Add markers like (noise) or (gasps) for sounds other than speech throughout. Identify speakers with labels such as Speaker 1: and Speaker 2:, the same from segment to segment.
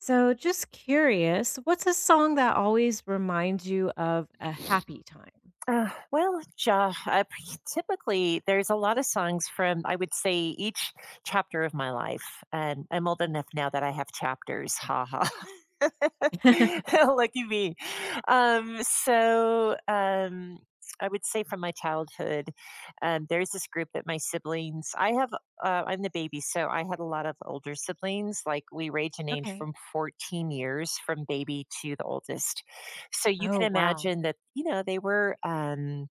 Speaker 1: So, just curious, what's a song that always reminds you of a happy time?
Speaker 2: Typically there's a lot of songs from I would say each chapter of my life, and I'm old enough now that I have chapters. Ha ha,
Speaker 1: (laughs)
Speaker 2: (laughs) lucky me. Um, so um, I would say from my childhood, there's this group that my siblings. I have. I'm the baby, so I had a lot of older siblings. Like we range in age
Speaker 1: Okay.
Speaker 2: from 14 years, from baby to the oldest. So you
Speaker 1: Oh,
Speaker 2: can
Speaker 1: wow.
Speaker 2: imagine that you know they were.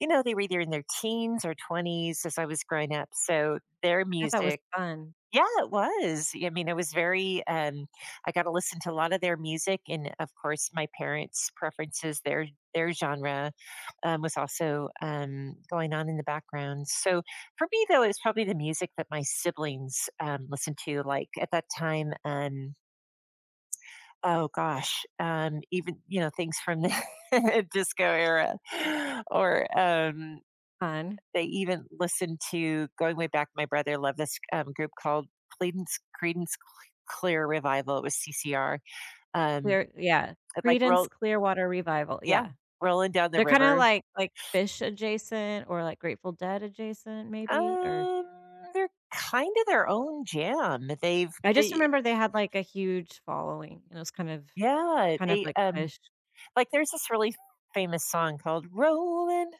Speaker 2: You know, they were either in their teens or 20s as I was growing up, so their
Speaker 1: I bet that was
Speaker 2: music
Speaker 1: fun.
Speaker 2: Yeah, it was. I mean. I got to listen to a lot of their music and, of course, my parents' preferences, their genre, was also going on in the background. So for me, though, it's probably the music that my siblings, listened to, like, at that time. Even, you know, things from the (laughs) disco era or,
Speaker 1: Fun.
Speaker 2: they even listened to going way back. My brother loved this group called Credence Clear Revival. It was CCR. Um,
Speaker 1: Clear, yeah.
Speaker 2: and like
Speaker 1: Credence
Speaker 2: roll,
Speaker 1: Clearwater Revival,
Speaker 2: yeah,
Speaker 1: yeah.
Speaker 2: rolling down the
Speaker 1: They're kinda
Speaker 2: river.
Speaker 1: like fish adjacent or, like, Grateful Dead adjacent maybe, or
Speaker 2: Um, they're kind of their own jam. They've,
Speaker 1: I just
Speaker 2: eh,
Speaker 1: remember they had, like, a huge following, and it was kind of
Speaker 2: yeah,
Speaker 1: kind of
Speaker 2: they
Speaker 1: like fish.
Speaker 2: Like, there's this really famous song called "Rolling,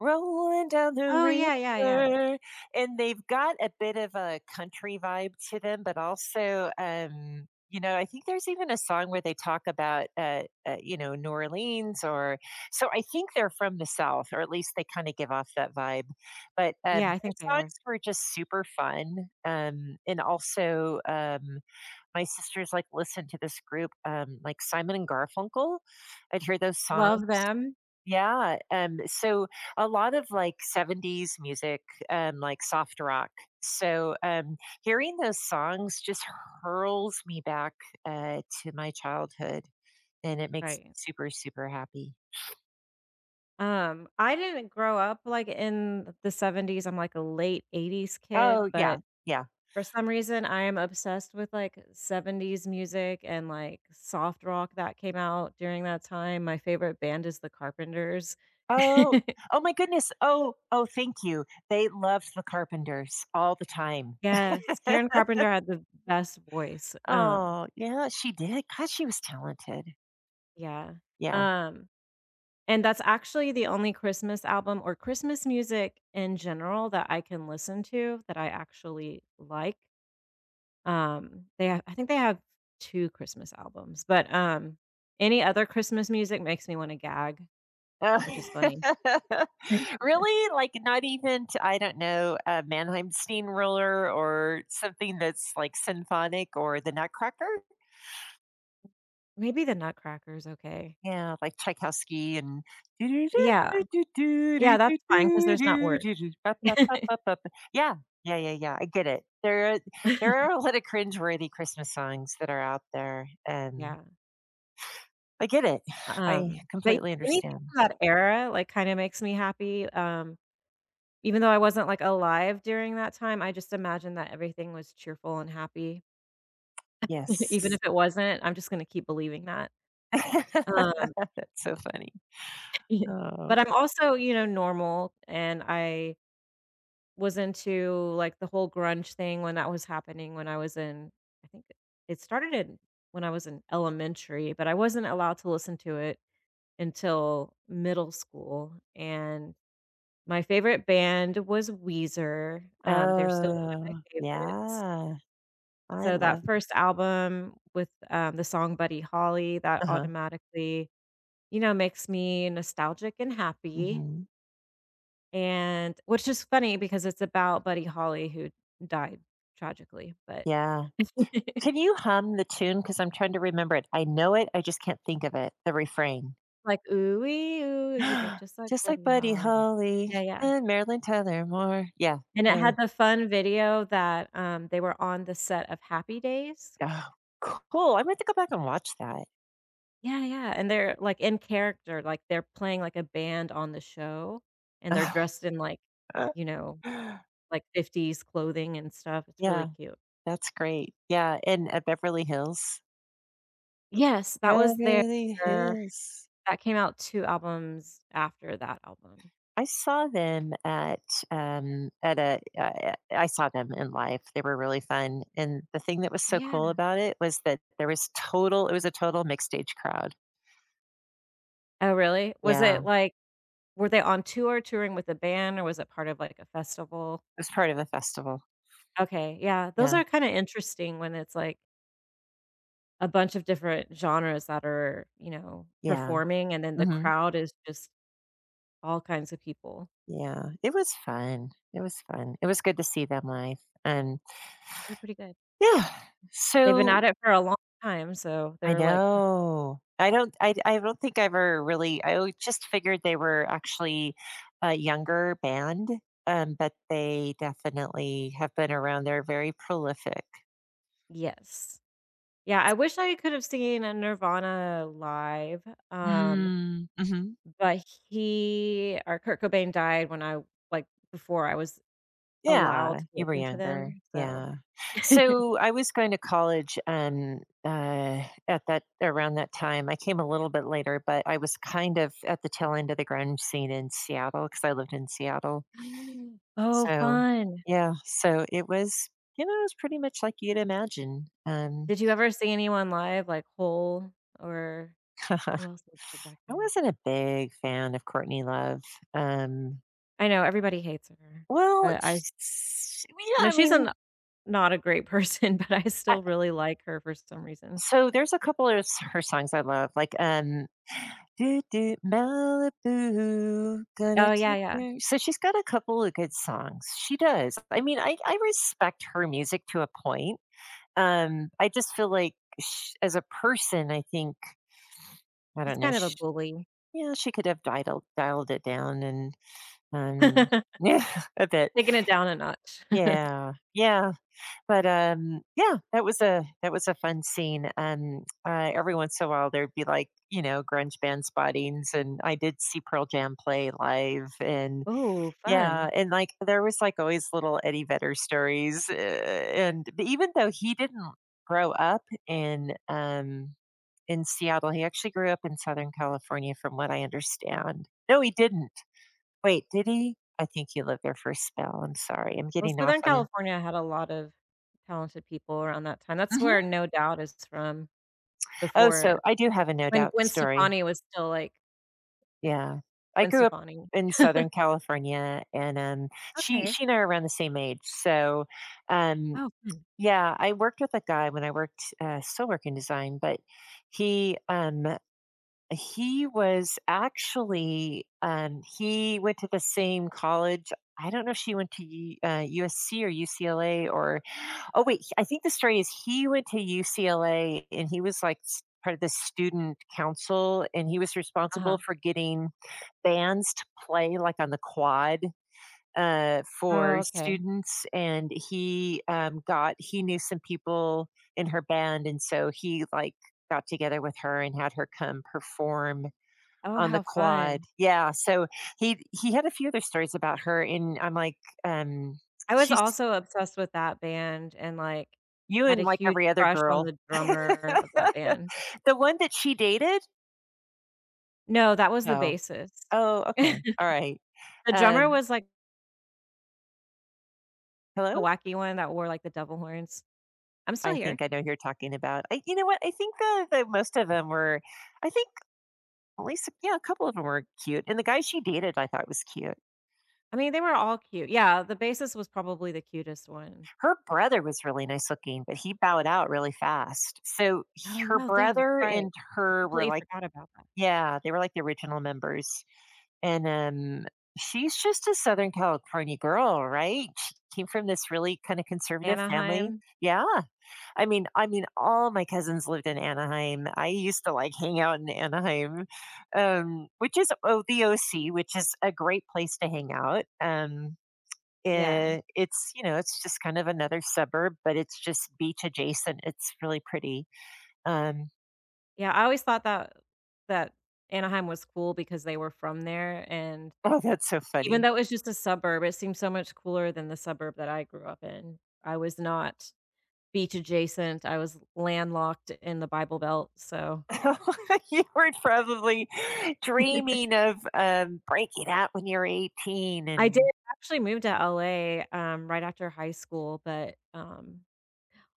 Speaker 2: Rolling Down the
Speaker 1: Oh, yeah, yeah, yeah.
Speaker 2: River," and they've got a bit of a country vibe to them, but also, you know, I think there's even a song where they talk about, you know, New Orleans or so I think they're from the South, or at least they kinda give off that vibe, but,
Speaker 1: Yeah, I
Speaker 2: their
Speaker 1: think they are.
Speaker 2: songs were just super fun, and also. My sisters, like, listened to this group, like Simon and Garfunkel. I'd hear those
Speaker 1: Love
Speaker 2: songs
Speaker 1: them.
Speaker 2: Yeah, um, so a lot of, like, 70s music, like soft rock. So, um, Hearing those songs just hurls me back, to my childhood, and it makes me
Speaker 1: Right.
Speaker 2: super, super happy.
Speaker 1: I didn't grow up, like, in the '70s, I'm, like, a late '80s kid,
Speaker 2: Oh, yeah,
Speaker 1: but
Speaker 2: yeah.
Speaker 1: for some reason, I am obsessed with, like, '70s music and, like, soft rock that came out during that time. My favorite band is The Carpenters. (laughs)
Speaker 2: Oh oh my goodness. Oh, oh, thank you. They loved The Carpenters all the time.
Speaker 1: Yes, Karen
Speaker 2: (laughs)
Speaker 1: Carpenter had the best voice,
Speaker 2: Oh, yeah, she did. God, she was talented.
Speaker 1: yeah,
Speaker 2: Yeah.
Speaker 1: um, and that's actually the only Christmas album or Christmas music in general that I can listen to that I actually like. They have I think they have 2 Christmas albums, but, any other Christmas music makes me wanna gag,
Speaker 2: Uh,
Speaker 1: which is funny.
Speaker 2: (laughs)
Speaker 1: (laughs)
Speaker 2: Really, like, not even to I don't know, a mannheim Steamroller or something that's, like, symphonic or the Nutcracker?
Speaker 1: Maybe The Nutcracker's okay.
Speaker 2: Yeah, like Tchaikovsky and (laughs)
Speaker 1: Yeah.
Speaker 2: Yeah.
Speaker 1: Yeah, that's fine because there's not words.
Speaker 2: Yeah, yeah, yeah, I get it. There are
Speaker 1: (laughs)
Speaker 2: a lot of cringeworthy Christmas songs that are out there, and
Speaker 1: Yeah.
Speaker 2: I get it. I
Speaker 1: But, yeah,
Speaker 2: completely
Speaker 1: anything
Speaker 2: understand.
Speaker 1: from that era, like, kinda makes me happy, even though I wasn't, like, alive during that time, I just imagine that everything was cheerful and happy. (laughs) Even
Speaker 2: Yes.
Speaker 1: if it wasn't, I'm just gonna keep believing that.
Speaker 2: (laughs)
Speaker 1: Um,
Speaker 2: That's so funny.
Speaker 1: (laughs) but
Speaker 2: Oh.
Speaker 1: I'm also, you know, normal, and I was into, like, the whole grunge thing when that was happening when I was in I think it started in when I was in elementary, but I wasn't allowed to listen to it until middle school, and my favorite band was Weezer, they're still one of my
Speaker 2: Oh,
Speaker 1: favorites.
Speaker 2: yeah. I
Speaker 1: So
Speaker 2: love
Speaker 1: that first album with, the song Buddy Holly, that
Speaker 2: Uh-huh,
Speaker 1: automatically, you know, makes me nostalgic and happy.
Speaker 2: mhm,
Speaker 1: And which is funny because it's about Buddy Holly who died tragically, but
Speaker 2: yeah.
Speaker 1: (laughs)
Speaker 2: Can you hum the tune? Because 'Cause I'm trying to remember it. I know it, I just can't think of it, the refrain.
Speaker 1: like, "Ooh-wee, ooh, you look
Speaker 2: (gasps)
Speaker 1: just like
Speaker 2: Just like
Speaker 1: Buddy
Speaker 2: Buddy
Speaker 1: Holly."
Speaker 2: Holly
Speaker 1: Yeah, yeah,
Speaker 2: and Marilyn Tyler Moore. Yeah,
Speaker 1: and it
Speaker 2: yeah.
Speaker 1: had the fun video that, they were on the set of Happy Days.
Speaker 2: Oh, cool. I'm gonna to go back and watch that.
Speaker 1: Yeah, yeah, and they're, like, in character, like, they're playing, like, a band on the show, and they're dressed in, like, you know,
Speaker 2: (laughs)
Speaker 1: like, 50s clothing and stuff. It's really
Speaker 2: Yeah,
Speaker 1: cute.
Speaker 2: that's great. Yeah, and, Beverly Hills.
Speaker 1: Yes, that was their
Speaker 2: Beverly Hills.
Speaker 1: That came out 2 albums after that album.
Speaker 2: I saw them at I saw them in live. They were really fun, and the thing that was so cool
Speaker 1: Yeah.
Speaker 2: about it was that there was total it was a total mixed age crowd.
Speaker 1: Oh, really? Was
Speaker 2: Yeah,
Speaker 1: it,
Speaker 2: it
Speaker 1: like, were they on tour, touring with a band, or was it part of, like, a festival?
Speaker 2: was part of a festival.
Speaker 1: Okay, yeah, those
Speaker 2: Yeah,
Speaker 1: are kinda interesting when it's, like, a bunch of different genres that are, you know,
Speaker 2: yeah,
Speaker 1: performing, and then the
Speaker 2: hmm
Speaker 1: crowd is just all kinds of people.
Speaker 2: yeah. It was fun. It was fun. It was good to see them live, and
Speaker 1: They're pretty good.
Speaker 2: yeah.
Speaker 1: They've been
Speaker 2: So
Speaker 1: at it for a long time, so
Speaker 2: I
Speaker 1: they're, like, perf.
Speaker 2: know. I don't I I don't think I ever really I always just figured they were actually a younger band, but they definitely have been around. They're very prolific.
Speaker 1: Yes. Yeah, I wish I could have seen a Nirvana live, um,
Speaker 2: Mm, mhm.
Speaker 1: but he or Kurt Cobain died when I, like, before I was allowed
Speaker 2: Yeah,
Speaker 1: to
Speaker 2: you were
Speaker 1: listen to
Speaker 2: younger.
Speaker 1: them, so
Speaker 2: Yeah.
Speaker 1: (gasps)
Speaker 2: So I was going to college, at that time. I came a little bit later, but I was kind of at the tail end of the grunge scene in Seattle because I lived in Seattle.
Speaker 1: (laughs) Oh,
Speaker 2: So,
Speaker 1: fun.
Speaker 2: yeah, so it was, it was pretty much like you'd imagine.
Speaker 1: Did you ever see anyone live, like Hole or
Speaker 2: (laughs) I
Speaker 1: who else was big back then?
Speaker 2: wasn't a big fan of Courtney Love. Um,
Speaker 1: I know everybody hates her,
Speaker 2: well,
Speaker 1: but I s,
Speaker 2: sh Yeah,
Speaker 1: no,
Speaker 2: I
Speaker 1: she's
Speaker 2: mean,
Speaker 1: a, not a great person, (laughs) but I
Speaker 2: I
Speaker 1: still really like her for some reason.
Speaker 2: so there's a couple of s her songs I love, like, "Do do Malibu, gonna
Speaker 1: Oh, yeah,
Speaker 2: take
Speaker 1: yeah.
Speaker 2: you" so she's got a couple of good songs. She does. I mean, I respect her music to a point. I just feel like sh as a person, I think I
Speaker 1: She's
Speaker 2: don't know,
Speaker 1: kind of a bully.
Speaker 2: Yeah, she could have dialed it down and, um (laughs)
Speaker 1: (laughs)
Speaker 2: yeah, a bit.
Speaker 1: Taking it down a notch. (laughs)
Speaker 2: Yeah, yeah, but, yeah, that was a fun scene, every once in a while, there'd be, like, you know, grunge band spottings, and I did see Pearl Jam play live, and
Speaker 1: Oh,
Speaker 2: yeah,
Speaker 1: fun.
Speaker 2: and, like, there was, like, always little Eddie Vedder stories, and but even though he didn't grow up in Seattle, he actually grew up in Southern California from what I understand. No, he didn't. Wait, did he? I think he lived there for a spell. I'm sorry. I'm
Speaker 1: Well,
Speaker 2: getting off
Speaker 1: Southern
Speaker 2: on it.
Speaker 1: California had a lot of talented people around that time. That's
Speaker 2: Mhm.
Speaker 1: where No Doubt is from,
Speaker 2: Oh, so
Speaker 1: before
Speaker 2: I do have a No
Speaker 1: when
Speaker 2: Doubt
Speaker 1: Gwen
Speaker 2: story.
Speaker 1: Stefani was still, like.
Speaker 2: Yeah. I
Speaker 1: Gwen
Speaker 2: grew up
Speaker 1: Stefani.
Speaker 2: in Southern California and, um,
Speaker 1: Okay.
Speaker 2: she and I are around the same age. So, um,
Speaker 1: Oh, fun.
Speaker 2: yeah, I worked with a guy when I worked, still work in design, but he, um, he was actually, he went to the same college. I don't know if she went to U USC or UCLA or Oh wait, I think the story is he went to UCLA and he was like part of the student council and he was responsible
Speaker 1: Uh-huh.
Speaker 2: for getting bands to play like on the quad
Speaker 1: Oh,
Speaker 2: for
Speaker 1: okay.
Speaker 2: students and he got he knew some people in her band and so he like got together with her and had her come perform
Speaker 1: Oh,
Speaker 2: on the
Speaker 1: how
Speaker 2: quad
Speaker 1: fun.
Speaker 2: yeah so he had a few other stories about her and I'm like um
Speaker 1: I was
Speaker 2: she
Speaker 1: also obsessed with that band and, like,
Speaker 2: You
Speaker 1: had
Speaker 2: and,
Speaker 1: a
Speaker 2: like,
Speaker 1: huge
Speaker 2: every other
Speaker 1: crush on
Speaker 2: girl.
Speaker 1: the
Speaker 2: (laughs)
Speaker 1: drummer of that band.
Speaker 2: The one that she dated?
Speaker 1: No, that was the
Speaker 2: Oh.
Speaker 1: bassist.
Speaker 2: Oh, okay.
Speaker 1: (laughs)
Speaker 2: Alright.
Speaker 1: The drummer
Speaker 2: Um,
Speaker 1: was, like, the
Speaker 2: Hello?
Speaker 1: wacky one that wore, like, the devil horns. I'm still
Speaker 2: I
Speaker 1: here.
Speaker 2: think I know who you're talking about. I You know what? I think the most of them were I think at least, yeah, a couple of them were cute, and the guy she dated I thought was cute.
Speaker 1: I mean, they were all cute. Yeah, the bassist was probably the cutest one.
Speaker 2: Her brother was really nice looking, but he bowed out really fast. So,
Speaker 1: Oh,
Speaker 2: her
Speaker 1: yeah, yeah, that's
Speaker 2: brother
Speaker 1: right.
Speaker 2: and
Speaker 1: I
Speaker 2: her were,
Speaker 1: completely
Speaker 2: like
Speaker 1: forgot about that.
Speaker 2: yeah, they were, like, the original members. And She's just a Southern California girl, right? She came from this really kind of conservative family.
Speaker 1: Anaheim,
Speaker 2: Yeah. I mean, all my cousins lived in Anaheim. I used to like hang out in Anaheim, the OC, which is a great place to hang out.
Speaker 1: yeah.
Speaker 2: It's you know, it's just kind of another suburb, but it's just beach adjacent. It's really pretty. Um,
Speaker 1: Yeah, I always thought that Anaheim was cool because they were from there, and
Speaker 2: (laughs) oh, that's so
Speaker 1: even
Speaker 2: funny.
Speaker 1: though it was just a suburb, it seemed so much cooler than the suburb that I grew up in. I was not beach adjacent, I was landlocked in the Bible Belt, so
Speaker 2: (laughs) You were probably dreaming of breaking out when you're 18
Speaker 1: I did
Speaker 2: and
Speaker 1: actually move to LA, right after high school, but, um,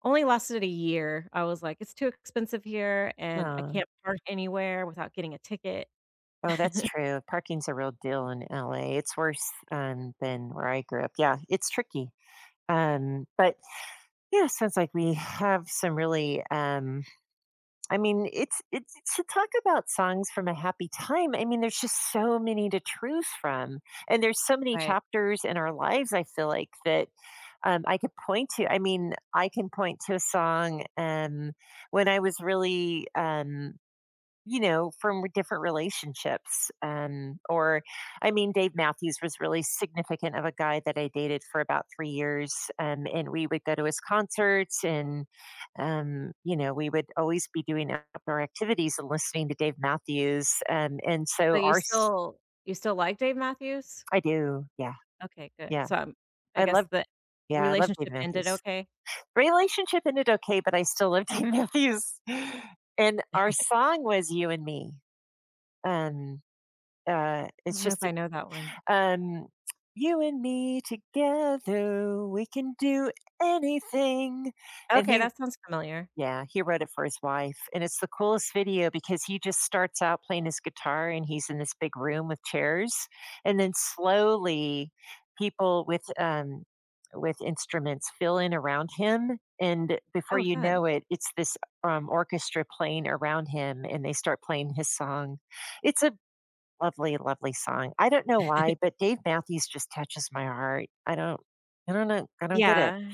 Speaker 1: only lasted a year. I was like, "It's too expensive here, and I
Speaker 2: uh,
Speaker 1: can't park anywhere without getting a ticket."
Speaker 2: oh that's true parking's a real deal in la it's worse than where I grew up yeah it's tricky but yeah sounds like we have some really I mean it's to talk about songs from a happy time I mean there's just so many to choose from and there's so many
Speaker 1: Right.
Speaker 2: chapters in our lives I feel like that I could point to I mean, I can point to a song, when I was really, you know, from different relationships, or I mean, Dave Matthews was really significant of a guy that I dated for about 3 years, and we would go to his concerts and, you know, we would always be doing outdoor activities and listening to Dave Matthews, and so
Speaker 1: But you
Speaker 2: our s
Speaker 1: still you still like Dave Matthews?
Speaker 2: I do, yeah,
Speaker 1: Okay, good.
Speaker 2: yeah.
Speaker 1: So, I
Speaker 2: I
Speaker 1: guess
Speaker 2: love
Speaker 1: the
Speaker 2: yeah, I love Dave
Speaker 1: relationship ended
Speaker 2: Matthews.
Speaker 1: okay?
Speaker 2: Relationship ended okay, but I still lived (laughs) in Matthews, and our song was "You and Me." Um,
Speaker 1: I
Speaker 2: it's
Speaker 1: don't know if
Speaker 2: just,
Speaker 1: I know that one.
Speaker 2: um, "You and me together, we can do anything," and
Speaker 1: Okay,
Speaker 2: he
Speaker 1: that sounds familiar.
Speaker 2: yeah, he wrote it for his wife, and it's the coolest video because he just starts out playing his guitar, and he's in this big room with chairs, and then slowly people with instruments fill in around him, and before
Speaker 1: Oh,
Speaker 2: you know
Speaker 1: fun.
Speaker 2: it, it's this, orchestra playing around him, and they start playing his song. It's a lovely, lovely song. I don't know why, but Dave Matthews just touches my heart. I don't know. I don't get it.
Speaker 1: Yeah.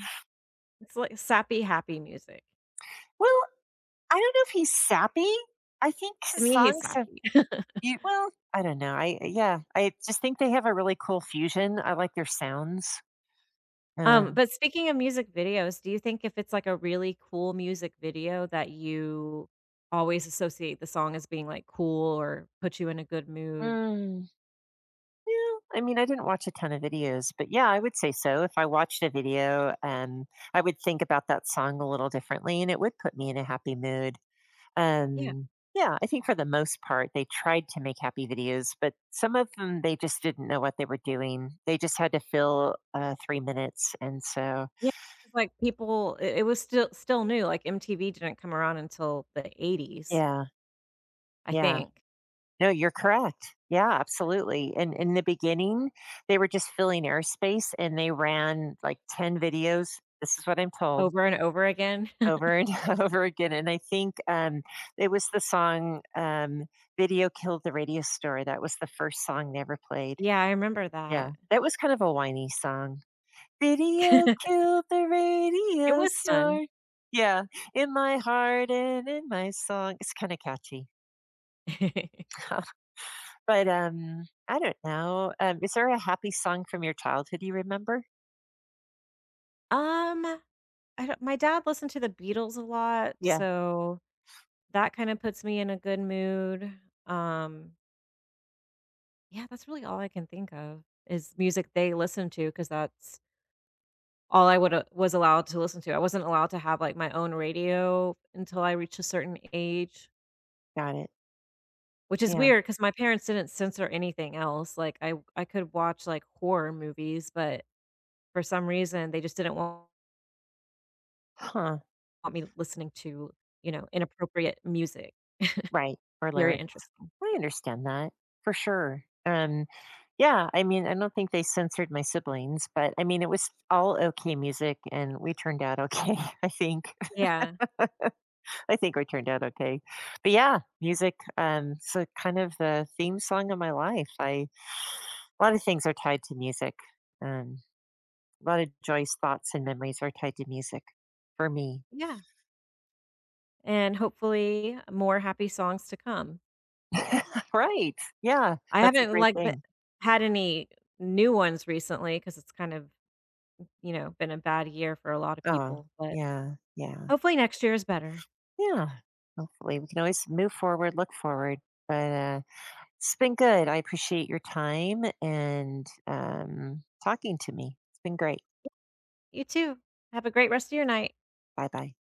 Speaker 1: It's like sappy, happy music.
Speaker 2: Well, I don't know if he's sappy. I think
Speaker 1: To
Speaker 2: his
Speaker 1: me, he's
Speaker 2: songs have
Speaker 1: sappy.
Speaker 2: you well, I don't know. I yeah, I just think they have a really cool fusion. I like their sounds.
Speaker 1: Um,
Speaker 2: Um,
Speaker 1: but speaking of music videos, do you think if it's, like, a really cool music video that you always associate the song as being, like, cool or put you in a good mood?
Speaker 2: mm, yeah, I mean, I didn't watch a ton of videos, but yeah, I would say so. If I watched a video, I would think about that song a little differently, and it would put me in a happy mood.
Speaker 1: Yeah.
Speaker 2: Um, yeah, I think for the most part, they tried to make happy videos, but some of them they just didn't know what they were doing. They just had to fill 3 minutes, and so
Speaker 1: Yeah, 'cause, like, people it it was still new, like, MTV didn't come around until the '80s,
Speaker 2: Yeah,
Speaker 1: I
Speaker 2: yeah.
Speaker 1: think,
Speaker 2: No, you're correct. Yeah, absolutely. And in the beginning, they were just filling airspace and they ran like 10 videos. This is what I'm told
Speaker 1: over and over again. (laughs)
Speaker 2: over and (laughs) over again. And I think it was the song Video Killed the Radio Store. That was the first song they ever played.
Speaker 1: Yeah, I remember
Speaker 2: Yeah,
Speaker 1: that.
Speaker 2: that was kind of a whiny song. Video
Speaker 1: (laughs)
Speaker 2: killed the
Speaker 1: It
Speaker 2: radio
Speaker 1: was fun.
Speaker 2: store. Yeah, in my heart and in my song. It's kind of catchy.
Speaker 1: (laughs)
Speaker 2: (laughs) But, I don't know, is there a happy song from your childhood you remember?
Speaker 1: Um, I don't, my dad listened to the Beatles a lot,
Speaker 2: Yeah,
Speaker 1: so that kinda puts me in a good mood. Um, yeah, that's really all I can think of is music they listen to, because that's all I would was allowed to listen to. I wasn't allowed to have, like, my own radio until I reached a certain age,
Speaker 2: got it.
Speaker 1: which is
Speaker 2: Yeah.
Speaker 1: weird because my parents didn't censor anything else. Like, I could watch, like, horror movies, but for some reason, they just didn't want
Speaker 2: Huh,
Speaker 1: me listening to, you know, inappropriate music.
Speaker 2: right, or
Speaker 1: Very
Speaker 2: lyric.
Speaker 1: interesting.
Speaker 2: I understand that, for sure. Yeah, I mean, I don't think they censored my siblings, but, I mean, it was all okay music, and we turned out okay, (laughs) I think.
Speaker 1: Yeah.
Speaker 2: (laughs) I think we turned out okay. But, yeah, music, it's, kind of the theme song of my life. I A lot of things are tied to music, um A lot of Joy's thoughts and memories are tied to music for me.
Speaker 1: Yeah. And hopefully more happy songs to come.
Speaker 2: (laughs) Right. Yeah,
Speaker 1: I
Speaker 2: that's a
Speaker 1: haven't,
Speaker 2: great
Speaker 1: like, b
Speaker 2: thing.
Speaker 1: had any new ones recently because it's kind of, you know, been a bad year for a lot of
Speaker 2: Oh,
Speaker 1: people, but
Speaker 2: yeah, yeah,
Speaker 1: hopefully next year is better.
Speaker 2: yeah. Hopefully, we can always move forward, look forward. But It's been good. I appreciate your time and talking to me. It's been great.
Speaker 1: You too. Have a great rest of your night.
Speaker 2: Bye bye.